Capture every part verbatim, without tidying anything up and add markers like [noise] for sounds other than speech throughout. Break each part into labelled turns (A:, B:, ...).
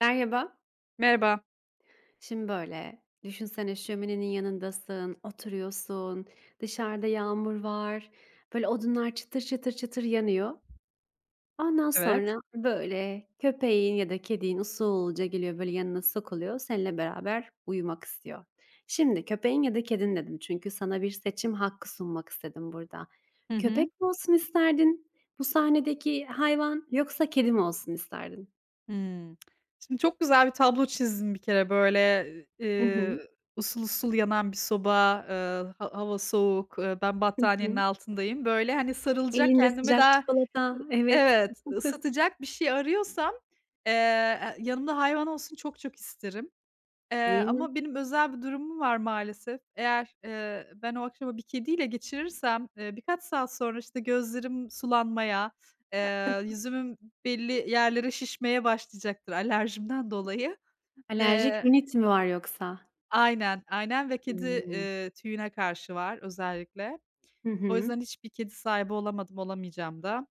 A: Merhaba.
B: Merhaba.
A: Şimdi böyle, düşünsene şöminenin yanındasın, oturuyorsun, dışarıda yağmur var, böyle odunlar çıtır çıtır çıtır yanıyor. Ondan
B: Evet.
A: sonra böyle köpeğin ya da kedin usulca geliyor böyle yanına sokuluyor, seninle beraber uyumak istiyor. Şimdi köpeğin ya da kedin dedim çünkü sana bir seçim hakkı sunmak istedim burada.
B: Hı
A: Köpek
B: hı.
A: mi olsun isterdin bu sahnedeki hayvan yoksa kedi mi olsun isterdin?
B: Hımm. Şimdi çok güzel bir tablo çizdin bir kere böyle,
A: Hı
B: eee,
A: hı.
B: usul usul yanan bir soba, eee, ha hava soğuk, eee, ben
A: Hı
B: battaniyenin
A: hı.
B: altındayım. Böyle, hani, sarılacak
A: Elinde
B: kendimi
A: sıcak
B: daha.
A: çikolata, evet.
B: Evet, ısıtacak bir şey arıyorsam, eee, e, yanımda hayvan olsun çok çok isterim. Eee,
A: Değil mi?
B: ama benim özel bir durumum var maalesef. Eğer, eee, ben o akşamı bir kediyle geçirirsem, eee, birkaç saat sonra, işte, gözlerim sulanmaya, eee, yüzümün belli yerlere şişmeye başlayacaktır alerjimden dolayı.
A: Alerjik
B: Eee
A: rinit mi var yoksa?
B: Aynen, aynen ve kedi,
A: Hımm.
B: eee, tüyüne karşı var özellikle.
A: Hı
B: O
A: hı.
B: yüzden hiçbir kedi sahibi olamadım, olamayacağım da.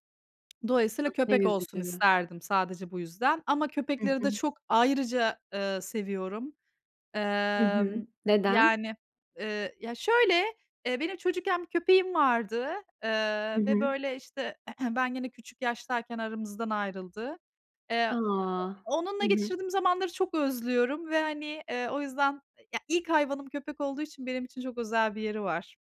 B: Dolayısıyla
A: Ah, ne
B: köpek olsun
A: üzücü.
B: isterdim sadece bu yüzden ama
A: Hı
B: köpekleri de
A: hı.
B: çok ayrıca, eee, seviyorum.
A: Hı hı.
B: Emm,
A: Neden?
B: yani, eee, ya, şöyle, eee, benim çocukken bir köpeğim vardı,
A: Hı
B: eee, ve,
A: hı.
B: böyle, işte, [clears throat] ben gene küçük yaştayken aramızdan ayrıldı. Eee,
A: A!
B: onunla
A: Hı hı.
B: geçirdiğim zamanları çok özlüyorum ve, hani, eee, o yüzden ya, ilk hayvanım köpek olduğu için benim için çok özel bir yeri var.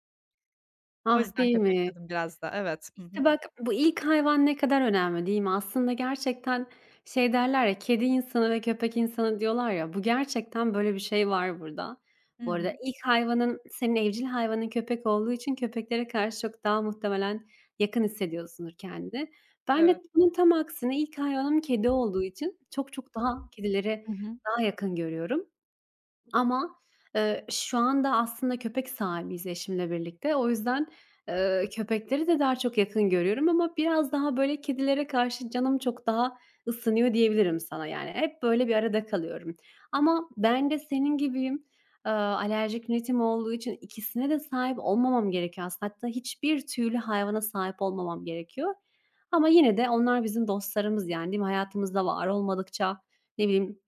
B: O
A: Ah,
B: yüzden
A: değil
B: köpek
A: mi?
B: dedim biraz da. Evet. Hı
A: İşte
B: hı.
A: bak, bu ilk hayvan ne kadar önemli, değil mi? Aslında gerçekten şey derler ya, "Kedi insanı ve köpek insanı" diyorlar ya, bu gerçekten böyle bir şey var burada.
B: Hı
A: Bu arada
B: hı.
A: ilk hayvanın, senin evcil hayvanın köpek olduğu için köpeklere karşı çok daha muhtemelen yakın hissediyorsundur kendini. Ben de
B: Evet.
A: bunun tam aksine ilk hayvanım kedi olduğu için çok çok daha kedilere
B: Hı hı.
A: daha yakın görüyorum. Ama, eee, şu anda aslında köpek sahibiyiz eşimle birlikte. O yüzden, eee, köpekleri de daha çok yakın görüyorum ama biraz daha, böyle, kedilere karşı canım çok daha ısınıyor diyebilirim sana, yani. Hep böyle bir arada kalıyorum. Ama ben de senin gibiyim. Eee, alerjik rinitim olduğu için ikisine de sahip olmamam gerekiyor aslında. Hatta hiçbir tüylü hayvana sahip olmamam gerekiyor. Ama yine de onlar bizim dostlarımız, yani, değil mi? Hayatımızda var olmadıkça, ne bileyim,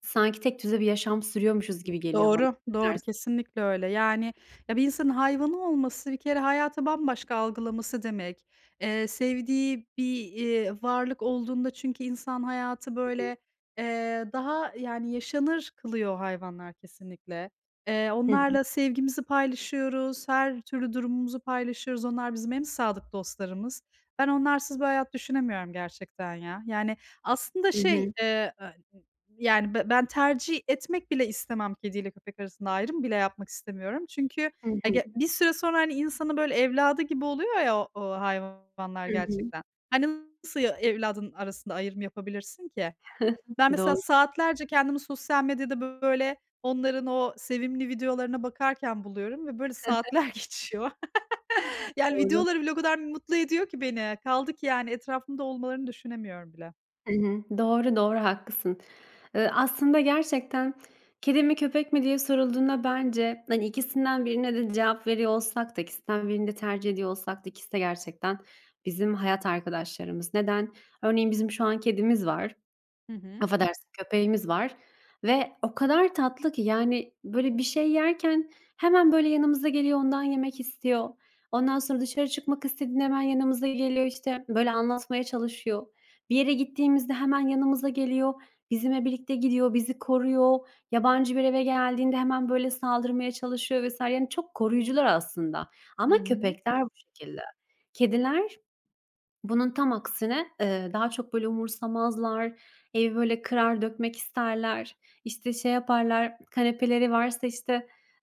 A: sanki tek tekdüze bir yaşam sürüyormuşuz gibi geliyor bana.
B: Doğru,
A: Ne
B: doğru.
A: dersin?
B: Kesinlikle öyle. Yani, ya, bir insanın hayvanı olması bir kere hayatı bambaşka algılaması demek. Eee, sevdiği bir, eee, varlık olduğunda çünkü insan hayatı, böyle, eee, daha, yani, yaşanır kılıyor hayvanlar kesinlikle. Eee,
A: Hı hı.
B: onlarla sevgimizi paylaşıyoruz, her türlü durumumuzu paylaşıyoruz. Onlar bizim en sadık dostlarımız. Ben onlarsız bir hayat düşünemiyorum gerçekten ya. Yani, aslında
A: Hı
B: şey,
A: hı.
B: eee yani, be ben tercih etmek bile istemem kediyle köpek arasında ayrım bile yapmak istemiyorum. Çünkü,
A: Hı
B: ya,
A: hı.
B: ge bir süre sonra, hani, insanın böyle evladı gibi oluyor ya o o hayvanlar
A: Hı hı.
B: gerçekten. Hani, nasıl ya evladın arasında ayrım yapabilirsin ki? Ben mesela
A: Doğru,
B: saatlerce kendimi sosyal medyada böyle onların o sevimli videolarına bakarken buluyorum ve böyle saatler [laughs] geçiyor. [laughs] Yani,
A: doğru.
B: videoları bile o kadar mutlu ediyor ki beni. Kaldı ki yani etrafımda olmalarını düşünemiyorum bile.
A: Hı hı. Doğru, doğru, haklısın. Eee, aslında gerçekten kedi mi köpek mi diye sorulduğunda bence, hani, ikisinden birine de cevap veriyor olsak da ikisinden birini de tercih ediyor olsak da ikisi de gerçekten bizim hayat arkadaşlarımız. Neden? Örneğin bizim şu an kedimiz var.
B: Hı hı.
A: Affedersin, köpeğimiz var ve o kadar tatlı ki, yani, böyle, bir şey yerken hemen, böyle, yanımıza geliyor, ondan yemek istiyor. Ondan sonra dışarı çıkmak istediğinde hemen yanımıza geliyor, işte, böyle, anlatmaya çalışıyor. Bir yere gittiğimizde hemen yanımıza geliyor, bizimle birlikte gidiyor, bizi koruyor. Yabancı bir eve geldiğinde hemen, böyle, saldırmaya çalışıyor vesaire yani, çok koruyucular aslında
B: Hı
A: ama
B: hı.
A: köpekler bu şekilde. Kediler bunun tam aksine, eee, daha çok böyle umursamazlar, evi böyle kırar dökmek isterler, işte, şey yaparlar, kanepeleri varsa, işte,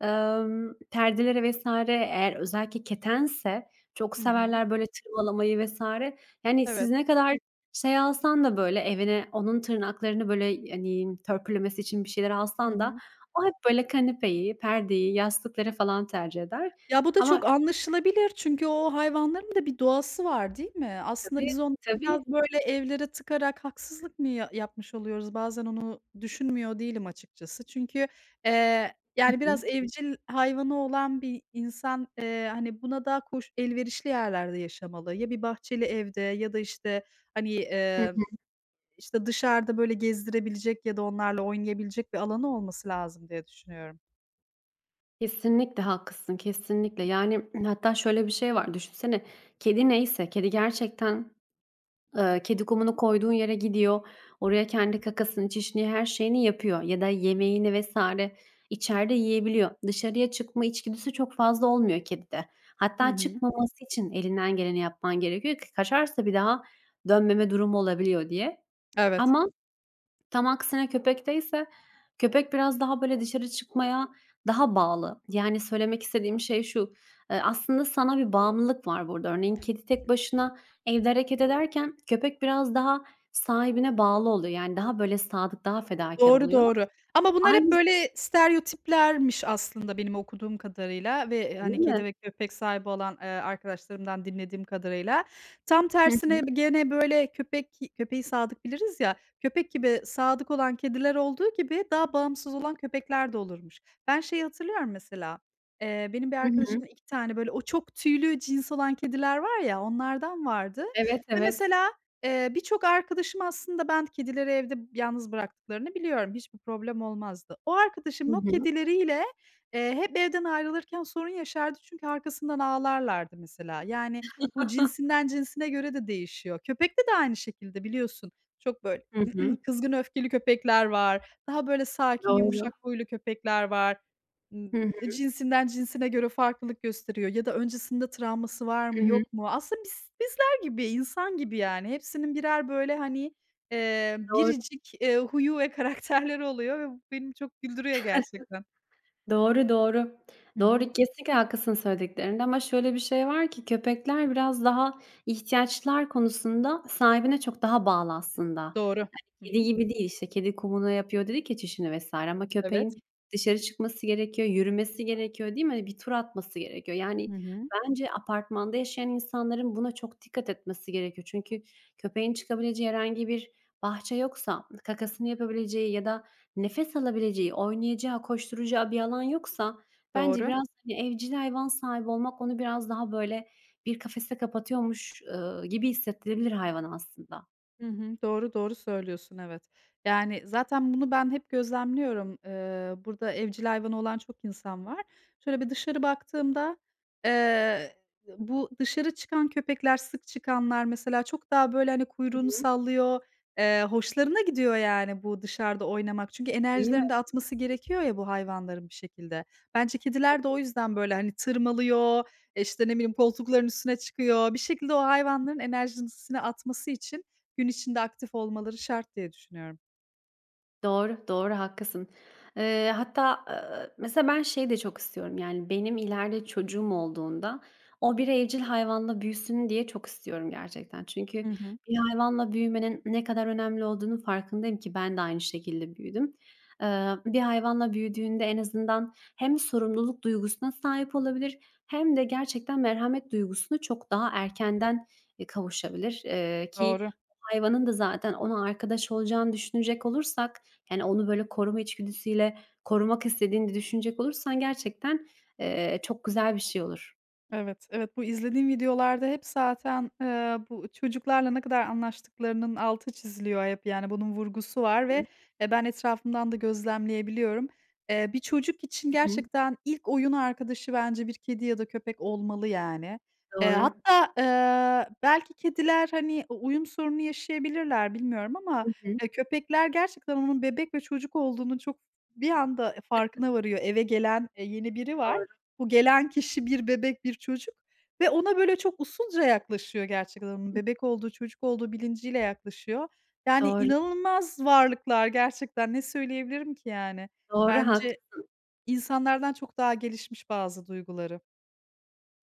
A: emm, perdeleri vesaire eğer özellikle ketense çok
B: Hı hı.
A: severler böyle tırmalamayı vesaire. Yani, siz
B: Evet.
A: ne kadar şey alsan da böyle evine onun tırnaklarını böyle, hani, törpülemesi için bir şeyler
B: Hı
A: alsan da
B: hı.
A: o hep böyle kanepeyi, perdeyi, yastıkları falan tercih eder.
B: Ya, bu da çok
A: Ama
B: anlaşılabilir çünkü o hayvanların da bir doğası var, değil mi? Aslında
A: tabii,
B: biz onları
A: tabii.
B: biraz, böyle, evlere tıkarak haksızlık mı ya yapmış oluyoruz? Bazen onu düşünmüyor değilim açıkçası. Çünkü, eee, yani, biraz evcil hayvanı olan bir insan, eee, hani, buna daha koş elverişli yerlerde yaşamalı. Ya bir bahçeli evde ya da, işte, hani,
A: Hı
B: eee,
A: hı.
B: işte, dışarıda, böyle, gezdirebilecek ya da onlarla oynayabilecek bir alanı olması lazım diye düşünüyorum.
A: Kesinlikle haklısın, kesinlikle. Yani, [clears throat] hatta şöyle bir şey var, düşünsene, kedi neyse, kedi gerçekten, eee, kedi kumunu koyduğun yere gidiyor, oraya kendi kakasını, çişini, her şeyini yapıyor ya da yemeğini vesaire içeride yiyebiliyor. Dışarıya çıkma içgüdüsü çok fazla olmuyor kedide.
B: Hı
A: Hatta
B: hı.
A: çıkmaması için elinden geleni yapman gerekiyor ki kaçarsa bir daha dönmeme durumu olabiliyor diye.
B: Evet.
A: Ama tam aksine köpekteyse, köpek biraz daha, böyle, dışarı çıkmaya daha bağlı. Yani söylemek istediğim şey şu, eee, aslında sana bir bağımlılık var burada. Örneğin kedi tek başına evde hareket ederken köpek biraz daha sahibine bağlı oluyor. Yani daha, böyle, sadık, daha fedakar
B: Doğru,
A: oluyor.
B: doğru. Ama bunlar hep
A: Aynısı
B: böyle stereotiplermiş aslında benim okuduğum kadarıyla ve, eee,
A: değil
B: hani, kedi
A: mi?
B: ve köpek sahibi olan, eee, arkadaşlarımdan dinlediğim kadarıyla. Tam
A: Hı
B: tersine
A: hı.
B: gene böyle köpek köpeği sadık biliriz ya, köpek gibi sadık olan kediler olduğu gibi daha bağımsız olan köpekler de olurmuş. Ben şeyi hatırlıyorum mesela, eee, benim bir
A: Hı hı.
B: arkadaşımın iki tane böyle o çok tüylü cins olan kediler var ya, onlardan vardı
A: Evet,
B: ve
A: evet.
B: mesela Eee, birçok arkadaşım aslında ben kedileri evde yalnız bıraktıklarını biliyorum. Hiçbir problem olmazdı. O
A: Hı
B: arkadaşımın o
A: hı.
B: kedileriyle, eee, hep evden ayrılırken sorun yaşardı çünkü arkasından ağlarlardı mesela. Yani, bu
A: [laughs]
B: cinsinden cinsine göre de değişiyor. Köpekte de aynı şekilde biliyorsun. Çok böyle
A: Hı hı.
B: [clears throat] kızgın öfkeli köpekler var. Daha böyle sakin,
A: Doğru.
B: yumuşak huylu köpekler var. Imm,
A: Hı hı.
B: cinsinden cinsine göre farklılık gösteriyor ya da öncesinde travması var
A: Hı
B: mı,
A: hı.
B: yok mu? Aslında biz gibi, insan gibi yani. Hepsinin birer böyle, hani, eee,
A: Doğru.
B: biricik, eee, huyu ve [laughs] karakterleri oluyor ve bu beni çok güldürüyor gerçekten.
A: Doğru, doğru.
B: Hı hı.
A: Doğru, kesinlikle haklısın söylediklerinde ama şöyle bir şey var ki köpekler biraz daha ihtiyaçlar konusunda sahibine çok daha bağlı aslında.
B: Doğru. Hı
A: Kedi
B: hı.
A: gibi değil, işte, kedi kumuna yapıyor dedik ya çişini vesaire ama
B: Evet.
A: köpeğin dışarı çıkması gerekiyor, yürümesi gerekiyor, değil mi? Hani, bir tur atması gerekiyor.
B: Hı
A: Yani,
B: hı.
A: bence apartmanda yaşayan insanların buna çok dikkat etmesi gerekiyor. Çünkü köpeğin çıkabileceği herhangi bir bahçe yoksa, kakasını yapabileceği ya da nefes alabileceği, oynayacağı, koşturacağı bir alan yoksa bence
B: Doğru.
A: biraz, hani, evcil hayvan sahibi olmak onu biraz daha, böyle, bir kafese kapatıyormuş, ııı, gibi hissettirebilir hayvana aslında,
B: Hı hı. Doğru, doğru söylüyorsun, evet. Yani, zaten bunu ben hep gözlemliyorum. Eee, burada evcil hayvanı olan çok insan var. Şöyle bir dışarı baktığımda, eee, bu dışarı çıkan köpekler, sık çıkanlar mesela çok daha, böyle, hani, kuyruğunu sallıyor. Eee, hoşlarına gidiyor, yani, bu dışarıda oynamak. Çünkü
A: değil mi?
B: enerjilerini de atması gerekiyor ya bu hayvanların bir şekilde. Bence kediler de o yüzden, böyle, hani, tırmalıyor, işte, ne bileyim, koltukların üstüne çıkıyor. Bir şekilde o hayvanların enerjisini atması için gün içinde aktif olmaları şart diye düşünüyorum.
A: Doğru, doğru, haklısın. Eee, hatta, eee, mesela ben şeyi de çok istiyorum, yani, benim ileride çocuğum olduğunda o bir evcil hayvanla büyüsün diye çok istiyorum gerçekten.
B: Hı
A: Çünkü
B: hı.
A: bir hayvanla büyümenin ne kadar önemli olduğunu farkındayım ki ben de aynı şekilde büyüdüm. Eee, bir hayvanla büyüdüğünde en azından hem sorumluluk duygusuna sahip olabilir hem de gerçekten merhamet duygusunu çok daha erkenden, eee, kavuşabilir. Eee, ki
B: Doğru.
A: hayvanın da zaten ona arkadaş olacağını düşünecek olursak, yani, onu, böyle, koruma içgüdüsüyle korumak istediğini düşünecek olursan gerçekten, eee, çok güzel bir şey olur.
B: Evet, evet. Bu izlediğim videolarda hep zaten, eee, bu çocuklarla ne kadar anlaştıklarının altı çiziliyor hep, yani, bunun vurgusu var ve, eee, ben etrafımdan da gözlemleyebiliyorum. Eee, bir çocuk için
A: Hı hı.
B: gerçekten ilk oyun arkadaşı bence bir kedi ya da köpek olmalı, yani. Eee,
A: Doğru.
B: hatta, eee, belki kediler, hani, u uyum sorunu yaşayabilirler bilmiyorum ama,
A: Hı hı.
B: eee, köpekler gerçekten onun bebek ve çocuk olduğunu çok bir anda farkına varıyor. Eve gelen, eee, yeni biri var.
A: Doğru,
B: Bu gelen kişi bir bebek, bir çocuk ve ona böyle çok usulca yaklaşıyor gerçekten. Onun bebek olduğu, çocuk olduğu bilinciyle yaklaşıyor. Yani
A: doğru,
B: inanılmaz varlıklar gerçekten ne söyleyebilirim ki yani?
A: doğru,
B: Bence
A: haklısın.
B: insanlardan çok daha gelişmiş bazı duyguları.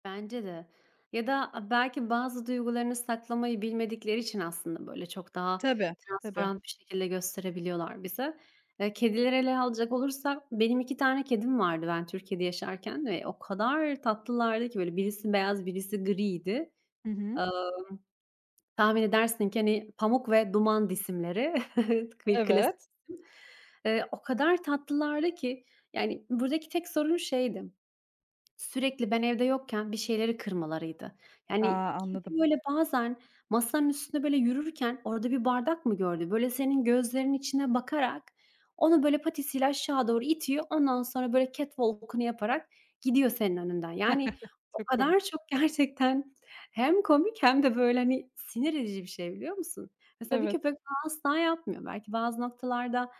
A: Bence de. Ya da a belki bazı duygularını saklamayı bilmedikleri için aslında, böyle, çok daha
B: Tabii, tabii.
A: transparan bir şekilde gösterebiliyorlar bize. Eee, kedileri ele alacak olursak benim iki tane kedim vardı ben Türkiye'de yaşarken ve o kadar tatlılardı ki, böyle, birisi beyaz, birisi griydi.
B: Hı
A: Eee
B: hı.
A: Tahmin edersin ki, hani, Pamuk ve Duman isimleri [laughs] bir klasik
B: Evet.
A: isim. Eee, o kadar tatlılardı ki, yani, buradaki tek sorun şeydi, sürekli ben evde yokken bir şeyleri kırmalarıydı. Yani
B: Aa
A: kedi
B: anladım.
A: böyle bazen masanın üstünde böyle yürürken orada bir bardak mı gördü? Böyle senin gözlerinin içine bakarak onu böyle patisiyle aşağı doğru itiyor. Ondan sonra böyle catwalk'unu yaparak gidiyor senin önünden. Yani o
B: Çok komik.
A: kadar çok [laughs] gerçekten hem komik hem de böyle, hani, sinir edici bir şey biliyor musun? Mesela bir
B: Evet,
A: köpek bunu asla yapmıyor. Belki bazı noktalarda,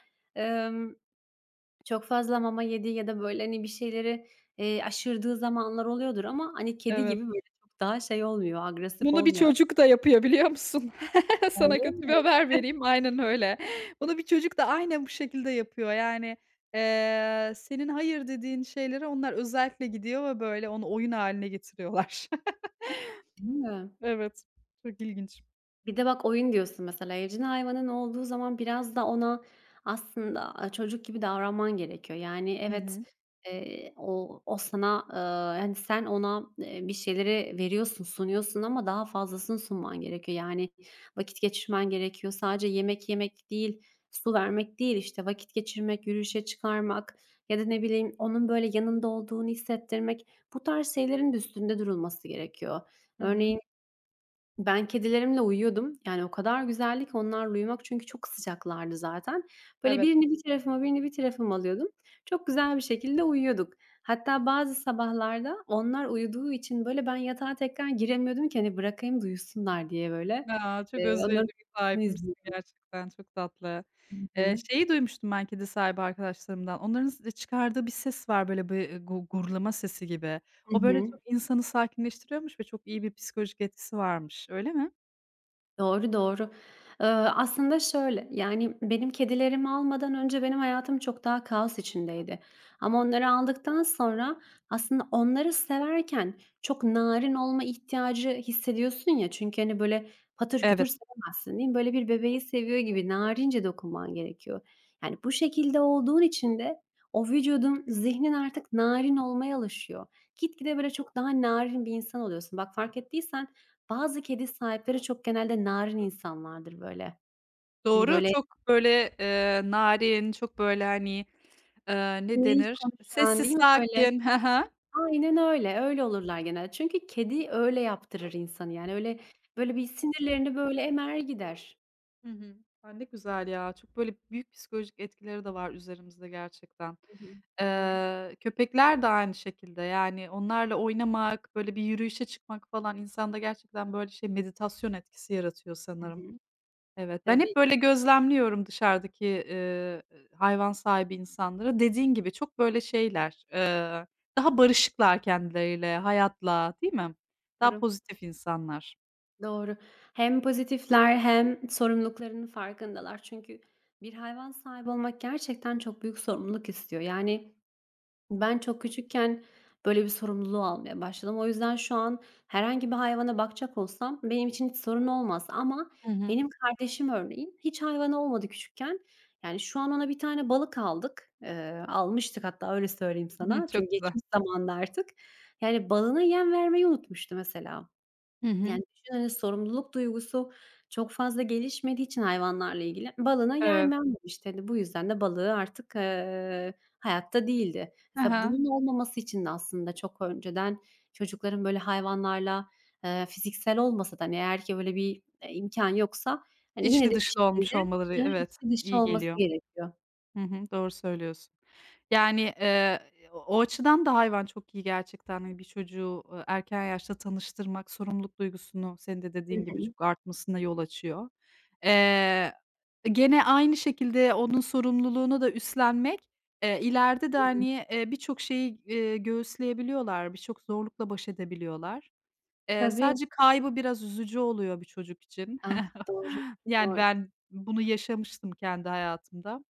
A: çok fazla mama yediği ya da, böyle, hani, bir şeyleri, eee, aşırdığı zamanlar oluyordur ama, hani, kedi
B: evet.
A: gibi, böyle, çok daha şey olmuyor, agresif
B: Bunu bir
A: olmuyor.
B: çocuk da yapıyor, biliyor musun? [laughs] Sana
A: Öyle
B: kötü bir
A: mi?
B: haber vereyim, aynen öyle. Bunu bir çocuk da aynen bu şekilde yapıyor. Yani, eee, senin hayır dediğin şeylere onlar özellikle gidiyor ve böyle onu oyun haline getiriyorlar. [laughs]
A: Değil mi?
B: Evet, çok ilginç.
A: Bir de bak oyun diyorsun mesela, evcil hayvanın olduğu zaman biraz da ona aslında, aaa, çocuk gibi davranman gerekiyor. Yani
B: Hı
A: evet,
B: hı.
A: eee, o o sana, eee, hani, sen ona, eee, bir şeyleri veriyorsun, sunuyorsun ama daha fazlasını sunman gerekiyor. Yani vakit geçirmen gerekiyor. Sadece yemek yemek değil, su vermek değil, işte, vakit geçirmek, yürüyüşe çıkarmak ya da ne bileyim onun böyle yanında olduğunu hissettirmek. Bu tarz şeylerin de üstünde durulması gerekiyor.
B: Hı hı.
A: Örneğin ben kedilerimle uyuyordum. Yani o kadar güzeldi ki onlarla uyumak çünkü çok sıcaklardı zaten. Böyle
B: Evet.
A: birini bir tarafıma, birini bir tarafıma alıyordum. Çok güzel bir şekilde uyuyorduk. Hatta bazı sabahlarda onlar uyuduğu için böyle ben yatağa tekrar giremiyordum ki hani bırakayım da diye böyle.
B: Ya, çok
A: Eee, onların
B: özverililik
A: uyumasını
B: sahipmişsin
A: izliyordum.
B: gerçekten, çok tatlı.
A: Hı
B: Eee,
A: hı.
B: şeyi duymuştum ben kedi sahibi arkadaşlarımdan, onların s çıkardığı bir ses var böyle bir, eee, gu gurlama sesi gibi.
A: Hı
B: O böyle çok
A: hı.
B: insanı sakinleştiriyormuş ve çok iyi bir psikolojik etkisi varmış. Öyle mi?
A: Doğru, doğru. Eee, aslında şöyle, yani, benim kedilerimi almadan önce benim hayatım çok daha kaos içindeydi ama onları aldıktan sonra aslında onları severken çok narin olma ihtiyacı hissediyorsun ya çünkü, hani, böyle, patır kütür
B: Evet,
A: sevemezsin, değil mi? Böyle, bir bebeği seviyor gibi narince dokunman gerekiyor. Yani, bu şekilde olduğun için de o vücudun, zihnin artık narin olmaya alışıyor. Gitgide, böyle, çok daha narin bir insan oluyorsun. Bak, fark ettiysen bazı kedi sahipleri çok genelde narin insanlardır böyle. Hani,
B: doğru.
A: böyle,
B: Çok böyle, eee, narin, çok böyle, hani, eee, ne
A: naif
B: denir?
A: konuşan,
B: Sessiz,
A: değil mi, böyle?
B: sakin. [laughs] Hı hı.
A: Aynen öyle, öyle olurlar genelde. Çünkü kedi öyle yaptırır insanı, yani, öyle, böyle, bir sinirlerini, böyle, emer gider.
B: Hı hı. A, ne güzel ya. Çok böyle büyük psikolojik etkileri de var üzerimizde gerçekten.
A: Hı hı. Doğru.
B: Eee, köpekler de aynı şekilde. Yani onlarla oynamak, böyle bir yürüyüşe çıkmak falan insanda gerçekten böyle şey meditasyon etkisi yaratıyor
A: Hı
B: sanırım.
A: hı.
B: Evet, ben hep
A: Tabii,
B: böyle gözlemliyorum dışarıdaki, eee, hayvan sahibi insanları. Dediğin gibi çok böyle şeyler, eee, daha barışıklar kendileriyle, hayatla, değil mi? Daha
A: doğru.
B: pozitif insanlar.
A: Doğru. Hem pozitifler hem sorumluluklarının farkındalar. Çünkü bir hayvan sahibi olmak gerçekten çok büyük sorumluluk istiyor. Yani, ben çok küçükken böyle bir sorumluluğu almaya başladım. O yüzden şu an herhangi bir hayvana bakacak olsam benim için hiç sorun olmaz ama
B: Hı hı.
A: benim kardeşim örneğin hiç hayvanı olmadı küçükken. Yani şu an ona bir tane balık aldık. Eee, almıştık hatta öyle söyleyeyim
B: [laughs] Hı hı.
A: sana.
B: Çok
A: Çünkü
B: güzel.
A: geçmiş zamanda artık. Yani balığına yem vermeyi unutmuştu mesela.
B: Hı hı.
A: Yani, düşün, hani, sorumluluk duygusu çok fazla gelişmediği için hayvanlarla ilgili balına yer
B: Evet.
A: mi. Hani, bu yüzden de balığı artık, eee, hayatta değildi. Mesela
B: Hı
A: bunun olmaması için de aslında çok önceden çocukların böyle hayvanlarla, eee, fiziksel olmasa da, hani, eğer ki böyle bir, eee, imkân yoksa, hani, yine
B: İçli
A: de bir
B: dışlı olmuş
A: şekilde,
B: olmaları,
A: eee,
B: evet,
A: içi dışı
B: iyi
A: olması
B: geliyor.
A: gerekiyor.
B: Hı hı, doğru söylüyorsun. Yani, eee, o açıdan da hayvan çok iyi gerçekten. Hani, bir çocuğu, eee, erken yaşta tanıştırmak sorumluluk duygusunu senin de
A: Hı
B: dediğin gibi
A: hı.
B: çok artmasına yol açıyor. Eee, gene aynı şekilde onun sorumluluğunu da üstlenmek, eee, ileride de,
A: Hı hı.
B: hani, eee, birçok şeyi, eee, göğüsleyebiliyorlar, birçok zorlukla baş edebiliyorlar. Eee,
A: Tabii.
B: sadece kaybı biraz üzücü oluyor bir çocuk için.
A: Ah,
B: [laughs]
A: doğru,
B: Yani,
A: doğru.
B: ben bunu yaşamıştım kendi hayatımda.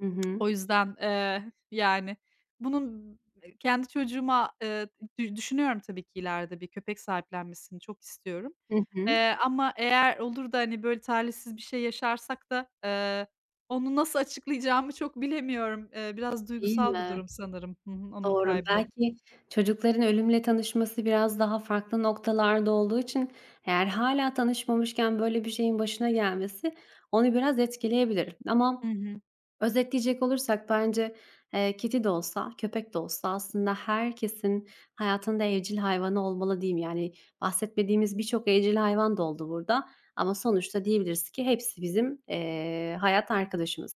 A: Hı hı.
B: O yüzden, eee, yani, bunun kendi çocuğuma, eee, dü düşünüyorum tabii ki ileride bir köpek sahiplenmesini çok istiyorum.
A: Hı hı.
B: Eee, ama eğer olur da, hani, böyle talihsiz bir şey yaşarsak da, eee, onu nasıl açıklayacağımı çok bilemiyorum. Eee, biraz
A: Değil
B: duygusal bir
A: mi?
B: durum sanırım. Hı hı, onun
A: Doğru.
B: kaybı.
A: Belki çocukların ölümle tanışması biraz daha farklı noktalarda olduğu için eğer hâlâ tanışmamışken böyle bir şeyin başına gelmesi onu biraz etkileyebilir
B: Hı
A: ama
B: hı.
A: özetleyecek olursak bence, eee, kedi de olsa, köpek de olsa aslında herkesin hayatında evcil hayvanı olmalı diyeyim. Yani bahsetmediğimiz birçok evcil hayvan da oldu burada ama sonuçta diyebiliriz ki hepsi bizim, eee, hayat arkadaşımız.